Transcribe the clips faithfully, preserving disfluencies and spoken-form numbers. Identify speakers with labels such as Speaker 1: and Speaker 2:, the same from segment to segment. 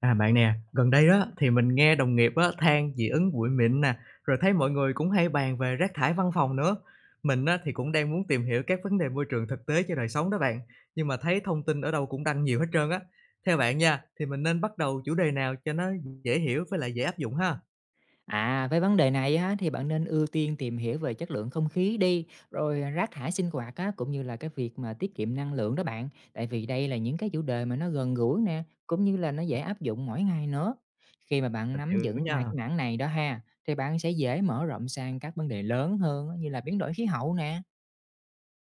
Speaker 1: À, bạn nè, gần đây đó thì mình nghe đồng nghiệp á, than dị ứng bụi mịn nè, rồi thấy mọi người cũng hay bàn về rác thải văn phòng nữa. Mình á, thì cũng đang muốn tìm hiểu các vấn đề môi trường thực tế cho đời sống đó bạn, nhưng mà thấy thông tin ở đâu cũng đăng nhiều hết trơn á. Theo bạn nha, thì mình nên bắt đầu chủ đề nào cho nó dễ hiểu với lại dễ áp dụng ha?
Speaker 2: À, với vấn đề này á, thì bạn nên ưu tiên tìm hiểu về chất lượng không khí đi, rồi rác thải sinh hoạt á, cũng như là cái việc mà tiết kiệm năng lượng đó bạn. Tại vì đây là những cái chủ đề mà nó gần gũi nè, cũng như là nó dễ áp dụng mỗi ngày nữa. Khi mà bạn
Speaker 1: Mình
Speaker 2: nắm
Speaker 1: hiểu
Speaker 2: vững ba
Speaker 1: nha.
Speaker 2: cái mảng này đó ha, thì bạn sẽ dễ mở rộng sang các vấn đề lớn hơn á, như là biến đổi khí hậu nè.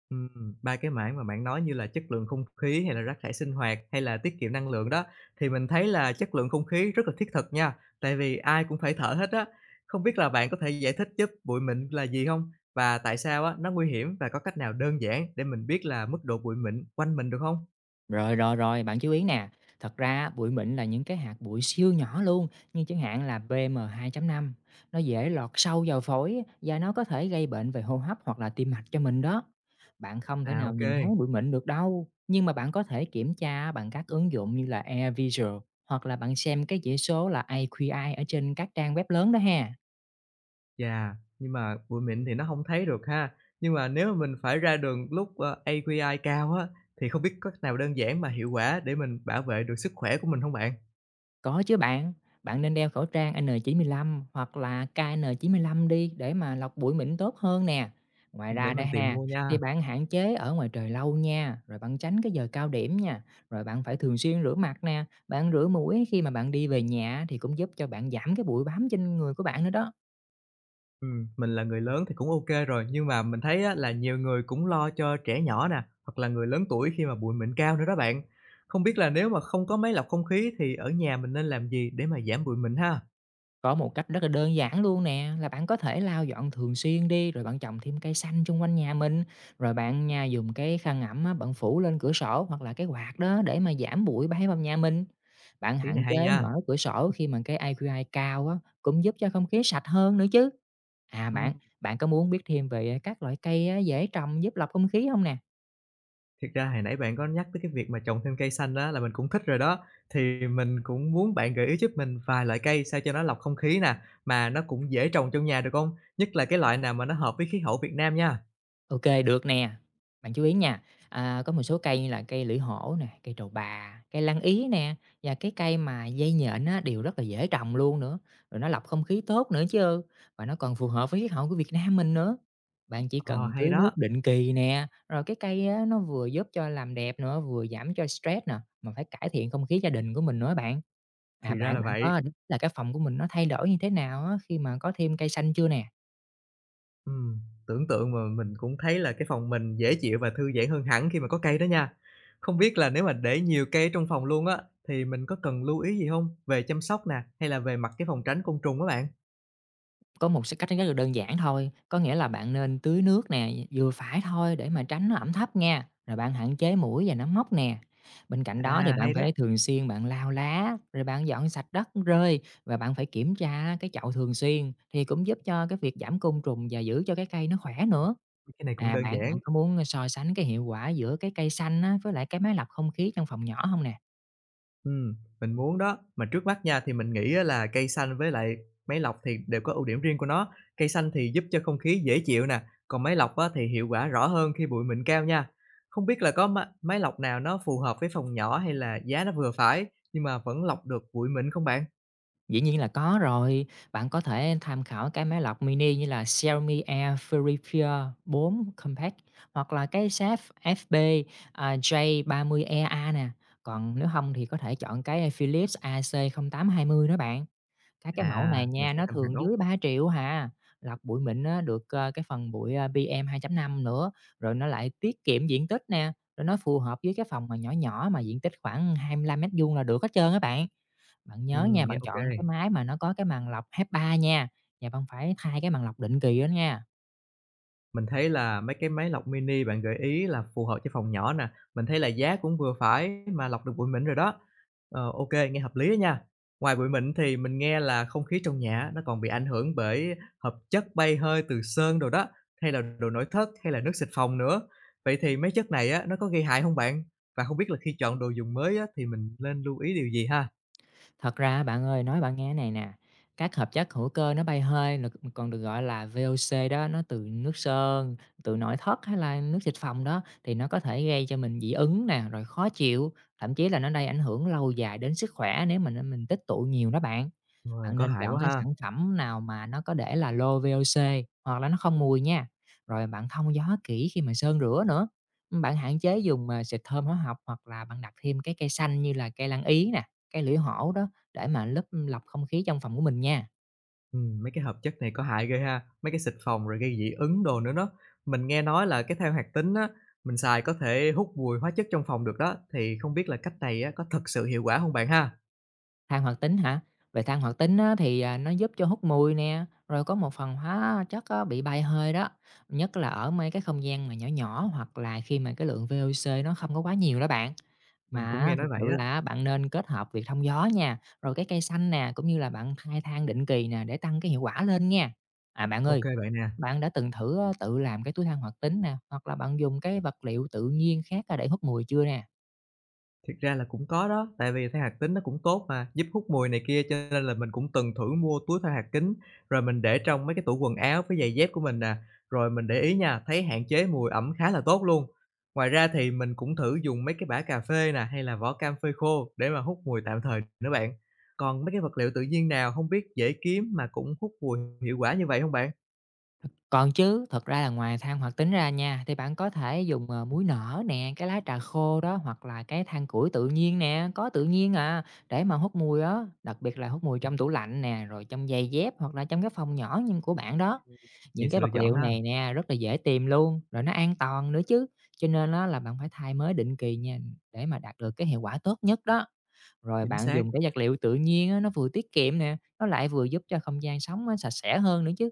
Speaker 1: Ừm, ba cái mảng mà bạn nói như là chất lượng không khí hay là rác thải sinh hoạt hay là tiết kiệm năng lượng đó, thì mình thấy là chất lượng không khí rất là thiết thực nha, tại vì ai cũng phải thở hết á. Không biết là bạn có thể giải thích giúp bụi mịn là gì không, và tại sao á nó nguy hiểm, và có cách nào đơn giản để mình biết là mức độ bụi mịn quanh mình được không?
Speaker 2: Rồi, rồi, rồi, bạn chú ý nè, thật ra bụi mịn là những cái hạt bụi siêu nhỏ luôn, như chẳng hạn là pê em hai.5. Nó dễ lọt sâu vào phổi và nó có thể gây bệnh về hô hấp hoặc là tim mạch cho mình đó. Bạn không thể
Speaker 1: À,
Speaker 2: nào
Speaker 1: ok.
Speaker 2: nhìn thấy bụi mịn được đâu, nhưng mà bạn có thể kiểm tra bằng các ứng dụng như là AirVisual hoặc là bạn xem cái chỉ số là ây kiu ai ở trên các trang web lớn đó ha.
Speaker 1: Dạ, nhưng mà bụi mịn thì nó không thấy được ha. Nhưng mà nếu mà mình phải ra đường lúc, ờ, a quy i cao á, thì không biết có cách nào đơn giản mà hiệu quả để mình bảo vệ được sức khỏe của mình không bạn?
Speaker 2: Có chứ bạn, bạn nên đeo khẩu trang en chín lăm hoặc là ca en chín lăm đi để mà lọc bụi mịn tốt hơn nè. Ngoài ra
Speaker 1: Để
Speaker 2: đây
Speaker 1: mình tìm
Speaker 2: ha,
Speaker 1: mua
Speaker 2: thì
Speaker 1: nha.
Speaker 2: bạn hạn chế ở ngoài trời lâu nha, rồi bạn tránh cái giờ cao điểm nha, rồi bạn phải thường xuyên rửa mặt nè, bạn rửa mũi khi mà bạn đi về nhà thì cũng giúp cho bạn giảm cái bụi bám trên người của bạn nữa đó.
Speaker 1: Ừm, mình là người lớn thì cũng ok rồi, nhưng mà mình thấy á là nhiều người cũng lo cho trẻ nhỏ nè, hoặc là người lớn tuổi khi mà bụi mịn cao nữa đó bạn. Không biết là nếu mà không có máy lọc không khí thì ở nhà mình nên làm gì để mà giảm bụi mịn ha?
Speaker 2: Có một cách rất là đơn giản luôn nè, là bạn có thể lau dọn thường xuyên đi, rồi bạn trồng thêm cây xanh xung quanh nhà mình, rồi bạn nha dùng cái khăn ẩm á, bạn phủ lên cửa sổ hoặc là cái quạt đó để mà giảm bụi bay vào nhà mình. Bạn
Speaker 1: Ý
Speaker 2: hạn
Speaker 1: này hay
Speaker 2: chế mở
Speaker 1: nha.
Speaker 2: cửa sổ khi mà cái a quy i cao á, cũng giúp cho không khí sạch hơn nữa chứ. À
Speaker 1: Ừm,
Speaker 2: bạn, bạn có muốn biết thêm về à, các loại cây á, dễ trồng giúp lọc không khí không nè?
Speaker 1: Thiệt ra hồi nãy bạn có nhắc tới cái việc mà trồng thêm cây xanh đó là mình cũng thích rồi đó, thì mình cũng muốn bạn gợi ý giúp mình vài loại cây sao cho nó lọc không khí nè, mà nó cũng dễ trồng trong nhà được không? Nhất là cái loại nào mà nó hợp với khí hậu Việt Nam nha.
Speaker 2: OK được nè. Bạn chú ý nha, à, có một số cây như là cây lưỡi hổ nè, cây trầu bà, cây lan ý nè, và cái cây mà dây nhện á, đều rất là dễ trồng luôn nữa, rồi nó lọc không khí tốt nữa chứ, và nó còn phù hợp với khí hậu của Việt Nam mình nữa. Bạn chỉ
Speaker 1: Ờ,
Speaker 2: cần
Speaker 1: hay
Speaker 2: tưới nước
Speaker 1: đó,
Speaker 2: định kỳ nè, rồi cái cây á, nó vừa giúp cho làm đẹp nữa, vừa giảm cho stress nè, mà phải cải thiện không khí gia đình của mình nữa bạn. À,
Speaker 1: thì ra
Speaker 2: bạn
Speaker 1: là
Speaker 2: bạn
Speaker 1: vậy.
Speaker 2: có là cái phòng của mình nó thay đổi như thế nào á, khi mà có thêm cây xanh chưa nè?
Speaker 1: Ừm, tưởng tượng mà mình cũng thấy là cái phòng mình dễ chịu và thư giãn hơn hẳn khi mà có cây đó nha. Không biết là nếu mà để nhiều cây trong phòng luôn á, thì mình có cần lưu ý gì không, về chăm sóc nè, hay là về mặt cái phòng tránh côn trùng các bạn?
Speaker 2: Có một s cách rất là đơn giản thôi, có nghĩa là bạn nên tưới nước nè, vừa phải thôi để mà tránh nó ẩm thấp nha, rồi bạn hạn chế muỗi và nấm mốc nè. Bên cạnh đó thì
Speaker 1: À,
Speaker 2: bạn
Speaker 1: hay đó,
Speaker 2: phải thường xuyên bạn lau lá, rồi bạn dọn sạch đất rơi và bạn phải kiểm tra cái chậu thường xuyên thì cũng giúp cho cái việc giảm côn trùng và giữ cho cái cây nó khỏe nữa.
Speaker 1: cái này cũng
Speaker 2: À,
Speaker 1: đơn
Speaker 2: bạn bạn
Speaker 1: giản.
Speaker 2: có muốn so sánh cái hiệu quả giữa cái cây xanh á với lại cái máy lọc không khí trong phòng nhỏ không nè?
Speaker 1: Ừm, mình muốn đó. Mà trước mắt nha, thì mình nghĩ á là cây xanh với lại máy lọc thì đều có ưu điểm riêng của nó. Cây xanh thì giúp cho không khí dễ chịu nè, còn máy lọc á thì hiệu quả rõ hơn khi bụi mịn cao nha. Không biết là có ma máy lọc nào nó phù hợp với phòng nhỏ hay là giá nó vừa phải, nhưng mà vẫn lọc được bụi mịn không bạn?
Speaker 2: Dĩ nhiên là có rồi, bạn có thể tham khảo cái máy lọc mini như là Xiaomi Air Purifier bốn Compact hoặc là cái sáp ép bê à, gi ba mươi i a nè. Còn nếu không thì có thể chọn cái Philips a xê không tám hai không đó bạn. Các cái mẫu
Speaker 1: À,
Speaker 2: này
Speaker 1: mình
Speaker 2: nha,
Speaker 1: sẽ
Speaker 2: nó
Speaker 1: tham
Speaker 2: thường dưới
Speaker 1: khảo.
Speaker 2: ba triệu hà. Lọc bụi mịn á, được ờ, cái phần bụi ờ, pê em hai chấm năm nữa, rồi nó lại tiết kiệm diện tích nè, rồi nó phù hợp với cái phòng mà nhỏ nhỏ mà diện tích khoảng hai mươi lăm mét vuông là được hết trơn á bạn. Bạn nhớ
Speaker 1: Ừm,
Speaker 2: nha,
Speaker 1: nghe
Speaker 2: bạn
Speaker 1: ok.
Speaker 2: chọn cái máy mà nó có cái màn lọc HEPA nha, và bạn phải thay cái màn lọc định kỳ đó nha.
Speaker 1: Mình thấy là mấy cái máy lọc mini bạn gợi ý là phù hợp cho phòng nhỏ nè, mình thấy là giá cũng vừa phải mà lọc được bụi mịn rồi đó. Ờ, ô nghe hợp lý á nha. Ngoài bụi mịn thì mình nghe là không khí trong nhà nó còn bị ảnh hưởng bởi hợp chất bay hơi từ sơn đồ đó, hay là đồ nội thất, hay là nước xịt phòng nữa. Vậy thì mấy chất này á, nó có gây hại không bạn? Và không biết là khi chọn đồ dùng mới á, thì mình nên lưu ý điều gì ha?
Speaker 2: Thật ra á bạn ơi, nói bạn nghe này nè, các hợp chất hữu cơ nó bay hơi là còn được gọi là vê o xê đó, nó từ nước sơn, từ nội thất hay là nước xịt phòng đó thì nó có thể gây cho mình dị ứng nè, rồi khó chịu, thậm chí là nó gây ảnh hưởng lâu dài đến sức khỏe nếu mình mình tích tụ nhiều đó bạn.
Speaker 1: Rồi,
Speaker 2: Bạn
Speaker 1: có
Speaker 2: nên
Speaker 1: hại
Speaker 2: chọn
Speaker 1: quá
Speaker 2: cái
Speaker 1: ha.
Speaker 2: sản phẩm nào mà nó có để là low vi âu xi hoặc là nó không mùi nha. Rồi bạn thông gió kỹ khi mà sơn rửa nữa. Bạn hạn chế dùng à, xịt thơm hóa học hoặc là bạn đặt thêm cái cây xanh như là cây lan ý nè, cây lưỡi hổ đó để mà lớp lọc không khí trong phòng của mình nha.
Speaker 1: Ừm, mấy cái hợp chất này có hại ghê ha, mấy cái xịt phòng rồi gây dị ứng đồ nữa đó. Mình nghe nói là cái than hoạt tính á, mình xài có thể hút mùi hóa chất trong phòng được đó, thì không biết là cách này á, có thật sự hiệu quả không bạn ha?
Speaker 2: Than hoạt tính hả? Về than hoạt tính á, thì, à, nó giúp cho hút mùi nè, rồi có một phần hóa chất á, bị bay hơi đó, nhất là ở mấy cái không gian mà nhỏ nhỏ hoặc là khi mà cái lượng vi âu xi nó không có quá nhiều đó bạn.
Speaker 1: Mình
Speaker 2: Mà
Speaker 1: cũng
Speaker 2: á,
Speaker 1: nghe
Speaker 2: thực
Speaker 1: nói vậy
Speaker 2: sự
Speaker 1: á.
Speaker 2: là bạn nên kết hợp việc thông gió nha, rồi cái cây xanh nè, cũng như là bạn thay than định kỳ nè để tăng cái hiệu quả lên nha. À, bạn
Speaker 1: Ok
Speaker 2: ơi,
Speaker 1: kê bạn nè.
Speaker 2: bạn đã từng thử, ơ, tự làm cái túi than hoạt tính nè, hoặc là bạn dùng cái vật liệu tự nhiên khác, a, để hút mùi chưa nè?
Speaker 1: Thiệt ra là cũng có đó, tại vì than hoạt tính nó cũng tốt mà, giúp hút mùi này kia, cho nên là mình cũng từng thử mua túi than hoạt kính, rồi mình để trong mấy cái tủ quần áo với giày dép của mình nè. Rồi mình để ý nha, thấy hạn chế mùi ẩm khá là tốt luôn. Ngoài ra thì mình cũng thử dùng mấy cái bã cà phê nè, hay là vỏ cam phơi khô để mà hút mùi tạm thời nữa bạn. Còn mấy cái vật liệu tự nhiên nào không biết dễ kiếm mà cũng hút mùi hiệu quả như vậy không bạn?
Speaker 2: Còn chứ, thật ra là ngoài than hoạt tính ra nha, thì bạn có thể dùng, ờ, muối nở nè, cái lá trà khô đó, hoặc là cái than củi tự nhiên nè, có tự nhiên à, để mà hút mùi đó đặc biệt là hút mùi trong tủ lạnh nè, rồi trong giày dép hoặc là trong cái phòng nhỏ nhưng của bạn đó. Những
Speaker 1: Nhiều
Speaker 2: cái
Speaker 1: sự lựa
Speaker 2: vật
Speaker 1: chọn
Speaker 2: liệu
Speaker 1: ha.
Speaker 2: này nè, rất là dễ tìm luôn, rồi nó an toàn nữa chứ, cho nên á là bạn phải thay mới định kỳ nha, để mà đạt được cái hiệu quả tốt nhất đó. Rồi
Speaker 1: Chính
Speaker 2: bạn
Speaker 1: xác.
Speaker 2: dùng cái vật liệu tự nhiên á, nó vừa tiết kiệm nè, nó lại vừa giúp cho không gian sống á sạch sẽ hơn nữa chứ.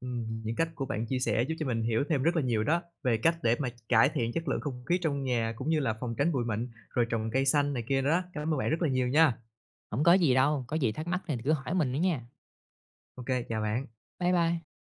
Speaker 1: Ừm, những cách của bạn chia sẻ giúp cho mình hiểu thêm rất là nhiều đó, về cách để mà cải thiện chất lượng không khí trong nhà cũng như là phòng tránh bụi mịn, rồi trồng cây xanh này kia đó. Cảm ơn bạn rất là nhiều nha.
Speaker 2: Không có gì đâu, có gì thắc mắc thì cứ hỏi mình nữa nha.
Speaker 1: Ok, chào bạn.
Speaker 2: Bye bye.